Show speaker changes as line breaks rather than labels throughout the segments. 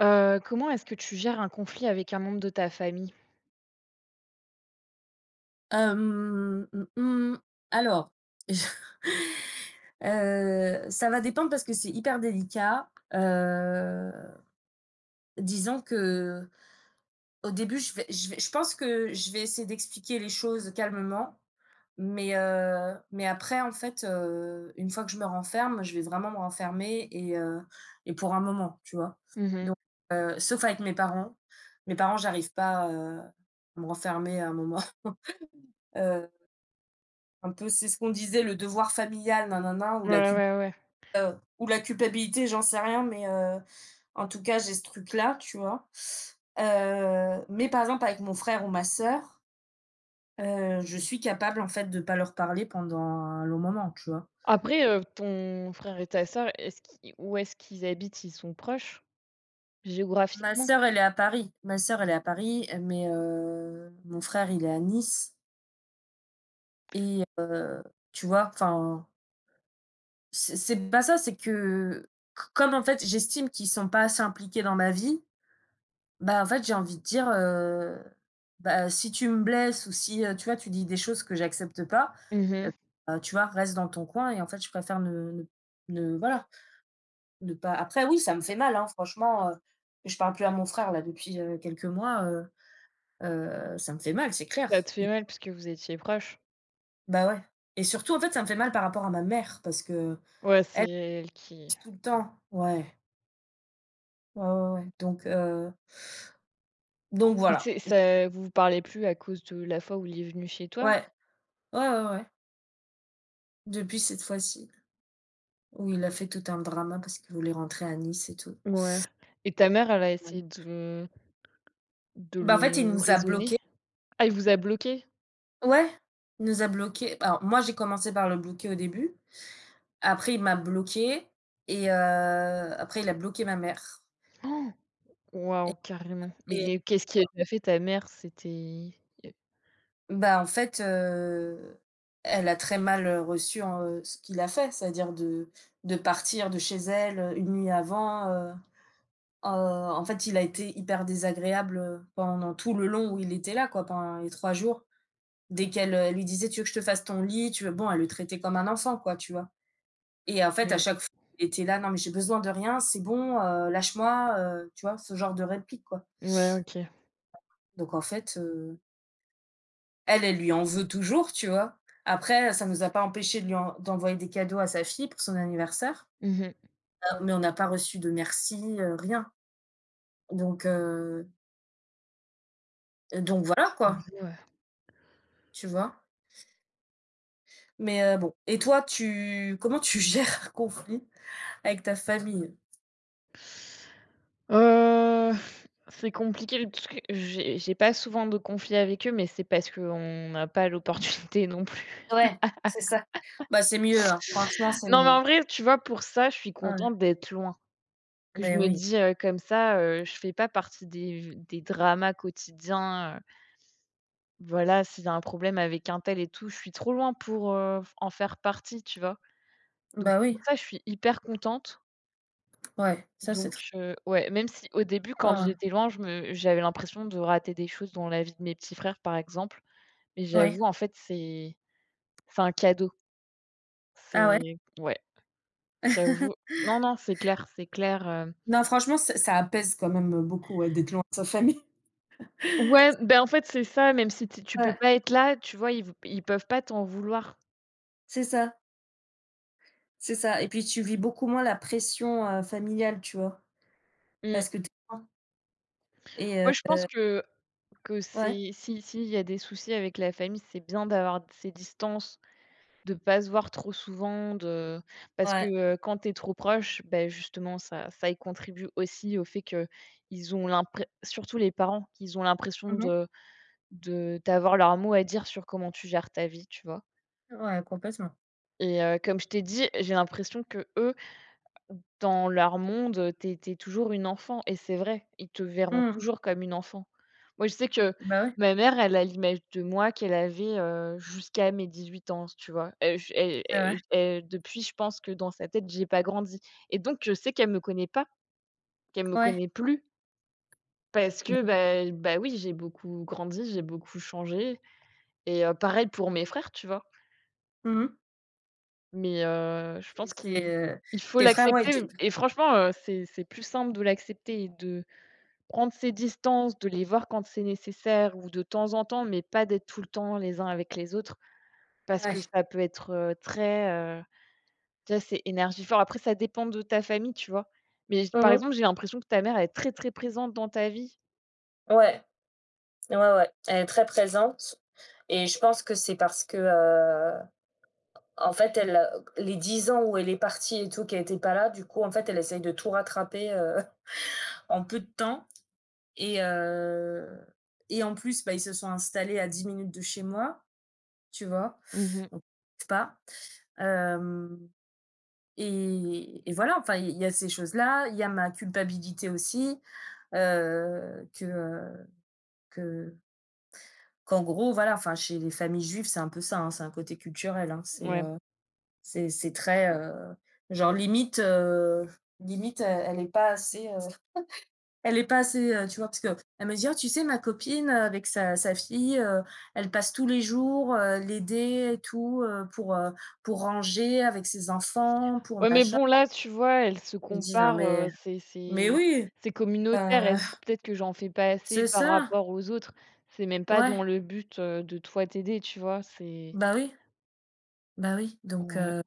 Comment est-ce que tu gères un conflit avec un membre de ta famille?
Hem, mmh mh, alors, ça va dépendre parce que c'est hyper délicat. Disons que au début, je pense que je vais essayer d'expliquer les choses calmement, mais après, en fait, une fois que je me renferme, je vais vraiment me renfermer et pour un moment, tu vois?
Mmh.
Donc sauf avec mes parents. Mes parents, j'arrive pas, à me renfermer à un moment. Un peu, c'est ce qu'on disait, le devoir familial nin ou
Ouais,
la cul
ouais, ouais.
ou la culpabilité, j'en sais rien, mais en tout cas, j'ai ce truc-là, tu vois? Mais par exemple, avec mon frère ou ma sœur, je suis capable, en fait, de pas leur parler pendant un long moment, tu vois?
Après, ton frère et ta sœur, est-ce qui où est-ce qu'ils habitent? Ils sont proches
Ma
géographiquement?
sœur, elle est à Paris. Ma sœur, elle est à Paris, mais mon frère, il est à Nice et heu, tu vois? Enfin, c'est pas ça, c'est que c comme, en fait, j'estime qu'ils sont pas assez impliqués dans ma vie. Bah, en fait, j'ai envie de dire, bah, si tu me blesses ou si, tu vois, tu dis des choses que j'accepte pas, heu,
Mmh.
bah, tu vois, reste dans ton coin et en fait, je préfère ne ne ne voilà, ne pas après oui, ça me fait mal, hein, franchement, je parle plus à mon frère là depuis, quelques mois, ça me fait mal, c'est
Ça te
clair.
fait
I
mal parce que vous étiez proches?
Bah, ouais, et surtout, en fait, ça me fait mal par rapport à ma mère parce qu'elle
Ouais, c'est elle qui
passe tout le temps. Ouais, ouais, ouais, ouais donc voilà.
c'est ça, vous vous parlez plus à cause de la fois où il est venu chez toi?
Ouais, ouais, ouais, ouais, ouais, depuis cette fois-ci. Où il a fait tout un drama parce qu'il voulait rentrer à Nice et tout.
Ouais, et ta mère, elle a essayé de
Bah, en fait,
le
il
le
nous a
raisonner?
bloqués.
Ah, il vous a bloqué?
Ouais, il nous a bloqués. Alors moi, j'ai commencé par le bloquer au début. Après, il m'a bloquée après il a bloqué ma mère
Oh,
et
waouh, carrément. Mais
et
qu'est-ce qu'elle a fait, ta mère? C'était...
bah, en fait, elle a très mal, reçu en, ce qu'il a fait, c'est-à-dire de partir de chez elle, 1 nuit avant, en fait, il a été hyper désagréable, pendant tout le long où il était là, quoi, pendant les 3 jours. Dès qu'elle, lui disait: «Tu veux que je te fasse ton lit? Tu veux?» bon, elle le traitait comme un enfant, quoi, tu vois? Et en fait, à
Mmh.
chaque fois, il était là: «Non mais j'ai besoin de rien, c'est bon, lâche-moi», tu vois? Ce genre de réplique, quoi.
Ouais, OK.
Donc en fait, elle, elle lui en veut toujours, tu vois? Après, ça nous a pas empêché de lui en d'envoyer des cadeaux à sa fille pour son anniversaire,
Mmh mh.
mais on n'a pas reçu de merci, rien. Donc heu, donc voilà, quoi,
Je vois.
tu vois? Mais bon et toi, tu comment tu gères un conflit avec ta famille?
Heu, c'est compliqué, le truc, j'ai pas souvent de conflits avec eux, mais c'est parce qu'on n'a pas l'opportunité non plus.
Ouais, c'est ça. Bah, c'est mieux, hein, franchement, c'est
Non, mais
mieux.
en vrai, tu vois, pour ça, je suis
Ouais,
contente d'être loin. Que je
beh,
me
oui.
dis, comme ça, je fais pas partie des v des dramas quotidiens, voilà, s'il y a un problème avec un tel et tout, je suis trop loin pour, f en faire partie, tu vois? Donc
Bah,
pour
oui,
ça, je suis hyper contente.
ouais, ça,
Donc,
c'est tr
ouais, même si au début,
ouais,
quand
ouais.
j'étais loin, je me j'avais l'impression de rater des choses dans la vie de mes petits frères, par exemple, mais
Ouais.
j'avoue, en fait, c'est un cadeau.
Ah ouais?
C'est ouais, j'avoue. Non, non, c'est clair, hem.
Non, franchement, ça apaise quand même, beaucoup, ouais, d'être loin de sa famille.
Ouais, ben, en fait, c'est ça, même si tu peux
Ouais,
pas être là, tu vois, ils peuvent pas t'en vouloir.
c'est ça, c'est ça et puis tu vis beaucoup moins la pression, familiale, tu vois?
Mmh.
Parce que tu es loin et
Moi,
heu
je pense que
ouais,
c'est si s'il y a des soucis avec la famille, c'est bien d'avoir ces distances, de pas se voir trop souvent, de parce que,
ouais.
quand tu es trop proche, ben justement ça y contribue aussi au fait que ils ont l'impression, surtout les parents, qu'ils ont l'impression
Mmh mh.
de d'avoir leur mot à dire sur comment tu gères ta vie, tu vois?
Ouais, complètement.
Et, comme je t'ai dit, j'ai l'impression que eux, dans leur monde, tu es toujours une enfant, et c'est vrai, ils te verront
Mmh mh.
toujours comme une enfant. Moi, je sais que
Bah, ouais,
ma mère, elle a l'image de moi qu'elle avait, jusqu'à mes 18 ans, tu vois? J elle
c'est vrai.
elle elle Depuis, je pense que dans sa tête, j'ai pas grandi, et donc je sais qu'elle me connaît pas, qu'elle me
Ouais.
connaît plus, parce
Bah,
que,
oui.
bah, oui, j'ai beaucoup grandi, j'ai beaucoup changé, et pareil pour mes frères, tu vois?
Mmh mh.
Mais je
C'est
pense
c'est,
qu'il
heu,
il faut
tes frères, ouais,
l'accepter,
tu
et franchement, c'est plus simple de l'accepter et de prendre ses distances, de les voir quand c'est nécessaire ou de temps en temps, mais pas d'être tout le temps les uns avec les autres, parce que
ouais.
ça peut être, très, heu, tu vois, c'est énergivore. Après, ça dépend de ta famille, tu vois? Mais, j
Mmh
par
mh.
exemple, j'ai l'impression que ta mère, elle est très, très présente dans ta vie.
Ouais. Ouais, ouais, elle est très présente et je pense que c'est parce que, en fait, elle, les 10 ans où elle est partie et tout, qu'elle était pas là, du coup, en fait, elle essaye de tout rattraper, en peu de temps et heu et en plus, bah, ils se sont installés à 10 minutes de chez moi, tu vois?
Mmh.
Donc pas, hem et voilà, enfin, il y a ces choses-là, il y a ma culpabilité aussi, heu, que, heu, que qu'en gros, voilà, enfin, chez les familles juives, c'est un peu ça, hein, c'est un côté culturel, hein, c'est,
Ouais.
c'est très, genre limite, elle est pas assez, elle est pas assez, tu vois? Parce qu'elle me dit: «Ah, tu sais, ma copine, avec sa fille, elle passe tous les jours, l'aider et tout, pour ranger avec ses enfants, pour
Ouais, mais
machin».
bon, là, tu vois, elle se
Je lui dis: «Non
compare,
mais
c'est
mais
c'est
oui,
c'est communautaire.
enfin,
Elle se dit: «Peut-être que j'en fais pas assez
c'est
par
ça».
rapport aux autres». C'est même pas dans
Ouais,
le but, de toi t'aider, tu vois? C'est
bah oui, bah oui, donc
Ouais.
heu.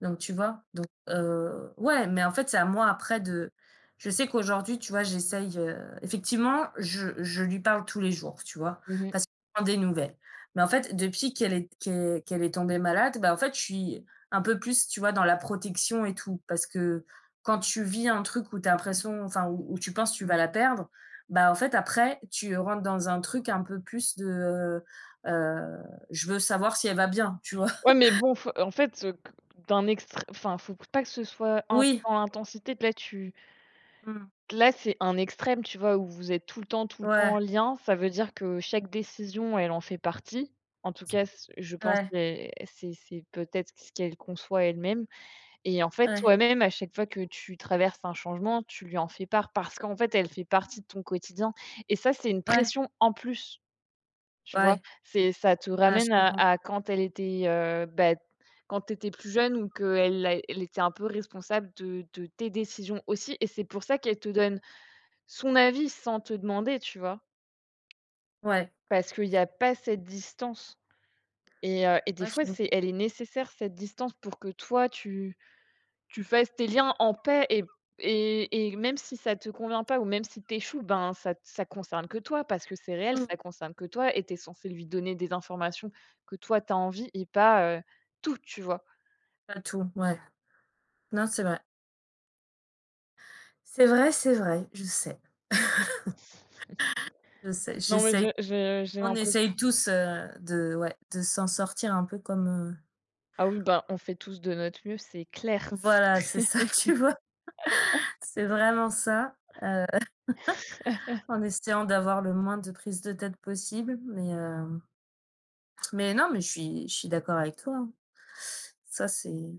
Donc tu vois? Donc ouais, mais en fait, c'est à moi après de je sais qu'aujourd'hui, tu vois, j'essaye, effectivement, je lui parle tous les jours, tu vois?
Mmh.
Parce que je prends des nouvelles. Mais en fait, depuis qu'elle est tombée malade, bah, en fait, je suis un peu plus, tu vois, dans la protection et tout. Parce que quand tu vis un truc où tu as l'impression enfin, où tu penses que tu vas la perdre, bah, en fait, après, tu rentres dans un truc un peu plus de, heu, je veux savoir si elle va bien, tu vois?
Ouais, mais bon, f en fait, q d'un extrême, enfin, faut pas que ce soit in
Oui.
dans l'intensité,
Mmh.
là, c'est un extrême, tu vois? Où vous êtes tout le temps
Ouais,
en lien. Ça veut dire que chaque décision, elle en fait partie. En tout, mmh, cas, c je pense
ouais.
c'est peut-être ce qu'elle conçoit elle-même, et en fait,
Ouais,
toi-même, à chaque fois que tu traverses un changement, tu lui en fais part parce qu'en fait, elle fait partie de ton quotidien, et ça, c'est une
ouais,
pression en plus. Tu vois?
ouais,
C'est Ça te
ouais, je
ramène à
comprends.
à quand elle était, quand tu étais plus jeune, ou qu'elle a elle était un peu responsable de tes décisions aussi, et c'est pour ça qu'elle te donne son avis sans te demander, tu vois?
Ouais,
Parce qu'il y a pas cette distance, et des
ouais, je
fois,
comprends.
c'est elle est nécessaire cette distance, pour que toi tu fasses tes liens en paix, et même si ça te convient pas, ou même si tu ben, ça concerne que toi parce que c'est réel,
Mmh.
ça concerne que toi, et t'es censé lui donner des informations que toi t'as envie, et pas, tout, tu vois?
Pas tout, ouais. Non, c'est vrai. C'est vrai, c'est vrai, je sais, je sais.
Non, mais
J'essaye
j'ai
on
l'impression.
essaye tous, de ouais, de s'en sortir un peu comme,
Ah oui, ben, on fait tous de notre mieux, c'est clair.
voilà, c'est ça, tu vois? C'est vraiment ça, heu, en essayant d'avoir le moins de prise de tête possible, mais non, mais je suis d'accord avec toi, hein. Ça, c'est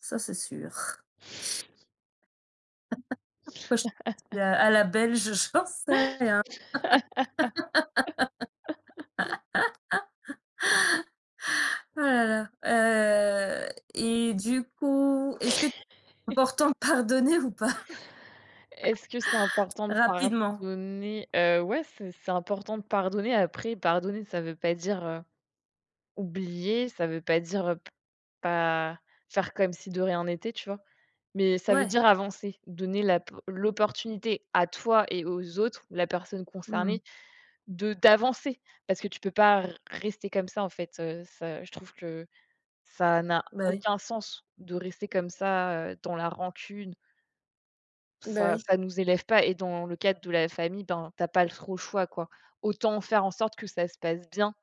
ça, c'est sûr. Moi, je te dis à la belge, j'en sais rien. Oh là là, et du coup, est-ce que c'est important de pardonner ou pas?
Est-ce que c'est important de
Rapidement?
pardonner? Ouais, c'est important de pardonner. Après, pardonner, ça veut pas dire, oublier, ça veut pas dire, p pas faire comme si de rien n'était, tu vois? Mais ça veut
Ouais.
dire avancer, donner la p l'opportunité à toi et aux autres, la personne
Mmh.
concernée, de d'avancer. Parce que tu peux pas r rester comme ça, en fait, ça je trouve que ça n'a
Bah oui.
aucun sens de rester comme ça, dans la rancune.
Bah
Ça
oui.
ça nous élève pas, et dans le cadre de la famille, ben, t'as pas trop le choix, quoi. Autant faire en sorte que ça se passe bien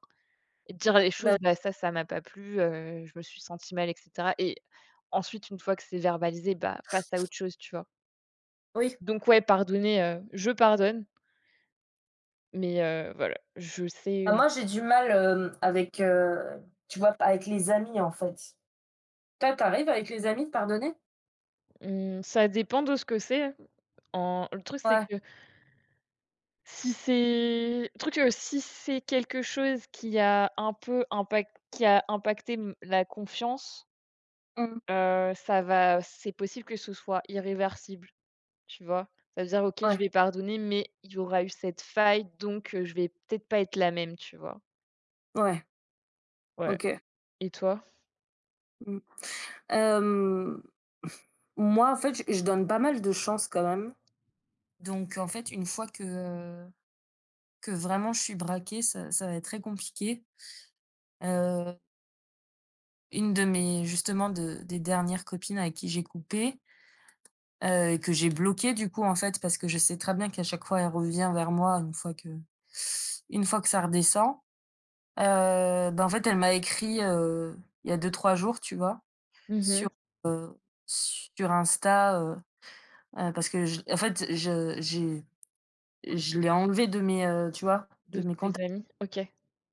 et dire les
Bah
choses: «Bah ça, ça m'a pas plu, je me suis senti mal», et cetera. Et ensuite, une fois que c'est verbalisé, bah, passe à autre chose, tu vois?
oui.
Donc ouais, pardonner, je pardonne, mais voilà, je sais.
Bah, moi, j'ai du mal, avec, tu vois, avec les amis, en fait. Toi, t'arrives avec les amis de pardonner?
Mmh, ça dépend de ce que c'est, hein. En Le truc, c'est
Ouais.
que si c'est quelque chose qui a impacté m la confiance,
Mmh.
ça va c'est possible que ce soit irréversible, tu vois? Ça veut dire: «OK, je
Ouais.
vais pardonner, mais il y aura eu cette faille, donc je vais peut-être pas être la même», tu vois?
Ouais.
Ouais,
OK.
et toi?
Mmh. Hem, moi, en fait, je donne pas mal de chance quand même. Donc en fait, une fois que vraiment je suis braquée, ça va être très compliqué, heu. Une de mes justement de des dernières copines avec qui j'ai coupé, que j'ai bloquée du coup en fait parce que je sais très bien qu'à chaque fois elle revient vers moi une fois que ça redescend, bah, en fait elle m'a écrit, il y a deux trois jours, tu vois?
Mmh.
Sur sur Insta, parce que j en fait je j'ai je l'ai enlevée de mes, tu vois? De
De
mes
tes
contacts
amis? OK.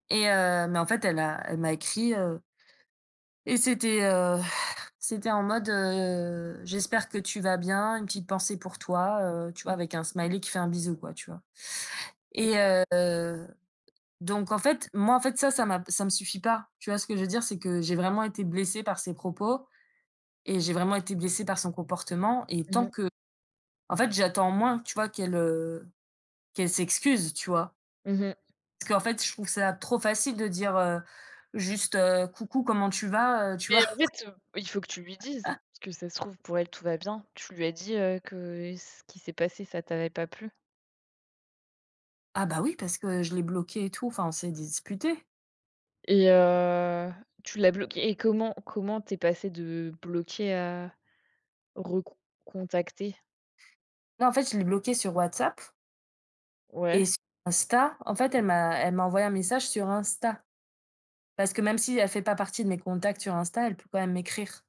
mais en fait elle a elle m'a écrit, heu. Et c'était, c'était en mode, «J'espère que tu vas bien, une petite pensée pour toi», tu vois? Avec un smiley qui fait un bisou quoi, tu vois? Et heu, donc en fait, moi en fait ça, ça m'a ça me suffit pas. Tu vois ce que je veux dire? C'est que j'ai vraiment été blessée par ses propos et j'ai vraiment été blessée par son comportement et
Mmh
tant
mh.
que en fait, j'attends moins, tu vois? Qu'elle, qu'elle s'excuse, tu vois?
Mmh.
Parce qu'en fait, je trouve ça trop facile de dire, juste, «Coucou, comment tu vas?» Tu
Mais
vois?
en fait, il faut que tu lui dises, parce que ça se trouve, pour elle tout va bien. Tu lui as dit, que ce qui s'est passé, ça t'avait pas plu,
Ah bah oui, parce que je l'ai bloqué et tout, enfin, on s'est disputés.
et tu l'as bloquée, et comment tu es passée de bloquer à recon contacter?
Non, en fait, je l'ai bloqué sur WhatsApp et
Ouais,
sur Insta, en fait, elle m'a envoyé un message sur Insta. Parce que même si elle fait pas partie de mes contacts sur Insta, elle peut quand même m'écrire,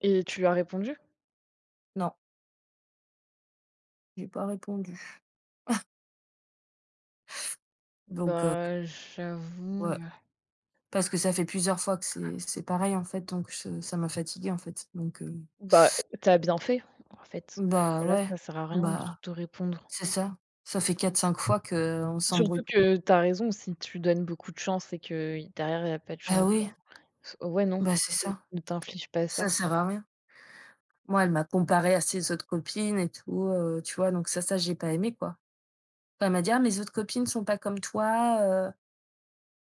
et
tu
tu lui
vois?
as répondu?
Non, j'ai pas répondu. Donc
Bah, j'avoue,
ouais, parce que ça fait plusieurs fois que c'est pareil, en fait, donc ce ça m'a fatiguée, en fait, donc
bah, tu as bien fait, en fait.
bah,
Là, ça
ouais,
sert à rien de
bah,
te répondre.
c'est ça. Ça fait quatre cinq fois qu'on s'embrouille
Surtout
pour
que tu as raison, si tu donnes beaucoup de chance et que derrière il y a pas de
bah,
changement,
oui,
ouais, non,
bah, c'est ça.
ne t'inflige pas ça.
Ça sert à rien. Moi, elle m'a comparée à ses autres copines et tout, tu vois? Donc ça ça, j'ai pas aimé, quoi. Enfin, elle m'a dit: «Ah, mes autres copines sont pas comme toi, heu,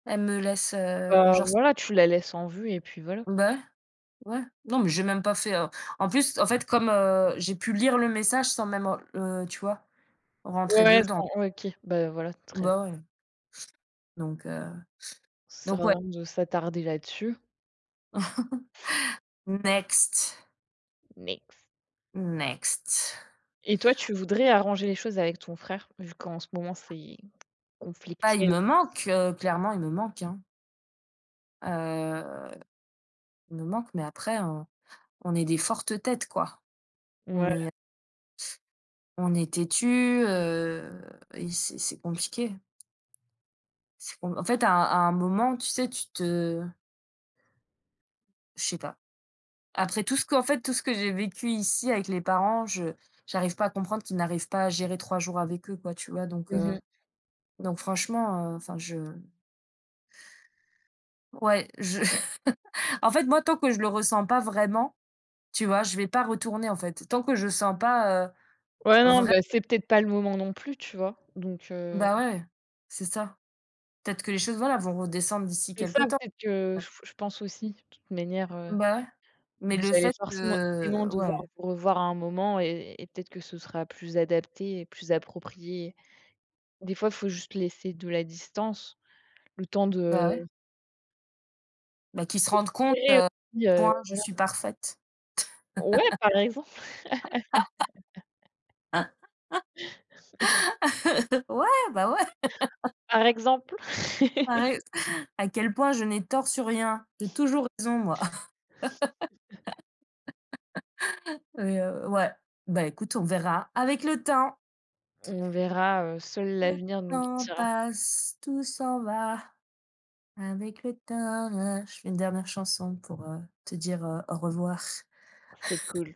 elles me laissent,
Bah,
genre» s
voilà, tu la laisses en vue et puis voilà.
bah, ouais, ouais. Non, mais j'ai même pas fait, en plus, en fait, comme, j'ai pu lire le message sans même en tu vois? Rentrer
Ouais,
dedans.
sans ouais, OK, bah, voilà, très bien.
Bah, ouais, donc heu,
Ça sert
donc ouais.
à rien de s'attarder là-dessus.
Next,
Next.
next.
Et toi, tu voudrais arranger les choses avec ton frère, vu qu'en ce moment, c'est
Bah, il
conflictuel?
me manque, clairement, il me manque, hein. Heu, il me manque, mais après, on est des fortes têtes, quoi. On
Ouais.
est, on est têtu, heu et c'est compliqué. C'est com en fait, à un moment, tu sais, tu te je sais pas. Après tout ce qu'en fait, tout ce que j'ai vécu ici avec les parents, je j'arrive pas à comprendre qu'ils n'arrivent pas à gérer 3 jours avec eux, quoi, tu vois?
Mmh mh.
Donc franchement, enfin je ouais, je en fait, moi, tant que je le ressens pas vraiment, tu vois, je vais pas retourner, en fait. Tant que je sens pas,
Ouais, non,
vrai
bah, c'est peut-être pas le moment non plus, tu vois?
bah ouais, c'est ça. Peut-être que les choses, voilà, vont redescendre d'ici
C'est
quelque
ça,
temps.
peut-être, que je pense aussi. De toute manière,
Bah ouais. Mais
vous
le
allez
fait
forcément forcément
que
devoir vous revoir à un moment, et peut-être que ce sera plus adapté et plus approprié. Des fois, faut juste laisser de la distance, le temps de
ouais, bah, qu'ils se rendent compte,
Inspirer
à
aussi,
quel point je suis parfaite.
ouais, par exemple,
Ah, ouais, bah, ouais,
par exemple,
tu as rais à quel point je n'ai tort sur rien. J'ai toujours raison moi. Et ouais, bah, écoute, on verra avec le temps.
on verra, seul
Le
l'avenir nous le
temps
dira.
passe, tout s'en va avec le temps. Je fais une dernière chanson pour, te dire, au revoir.
C'est cool.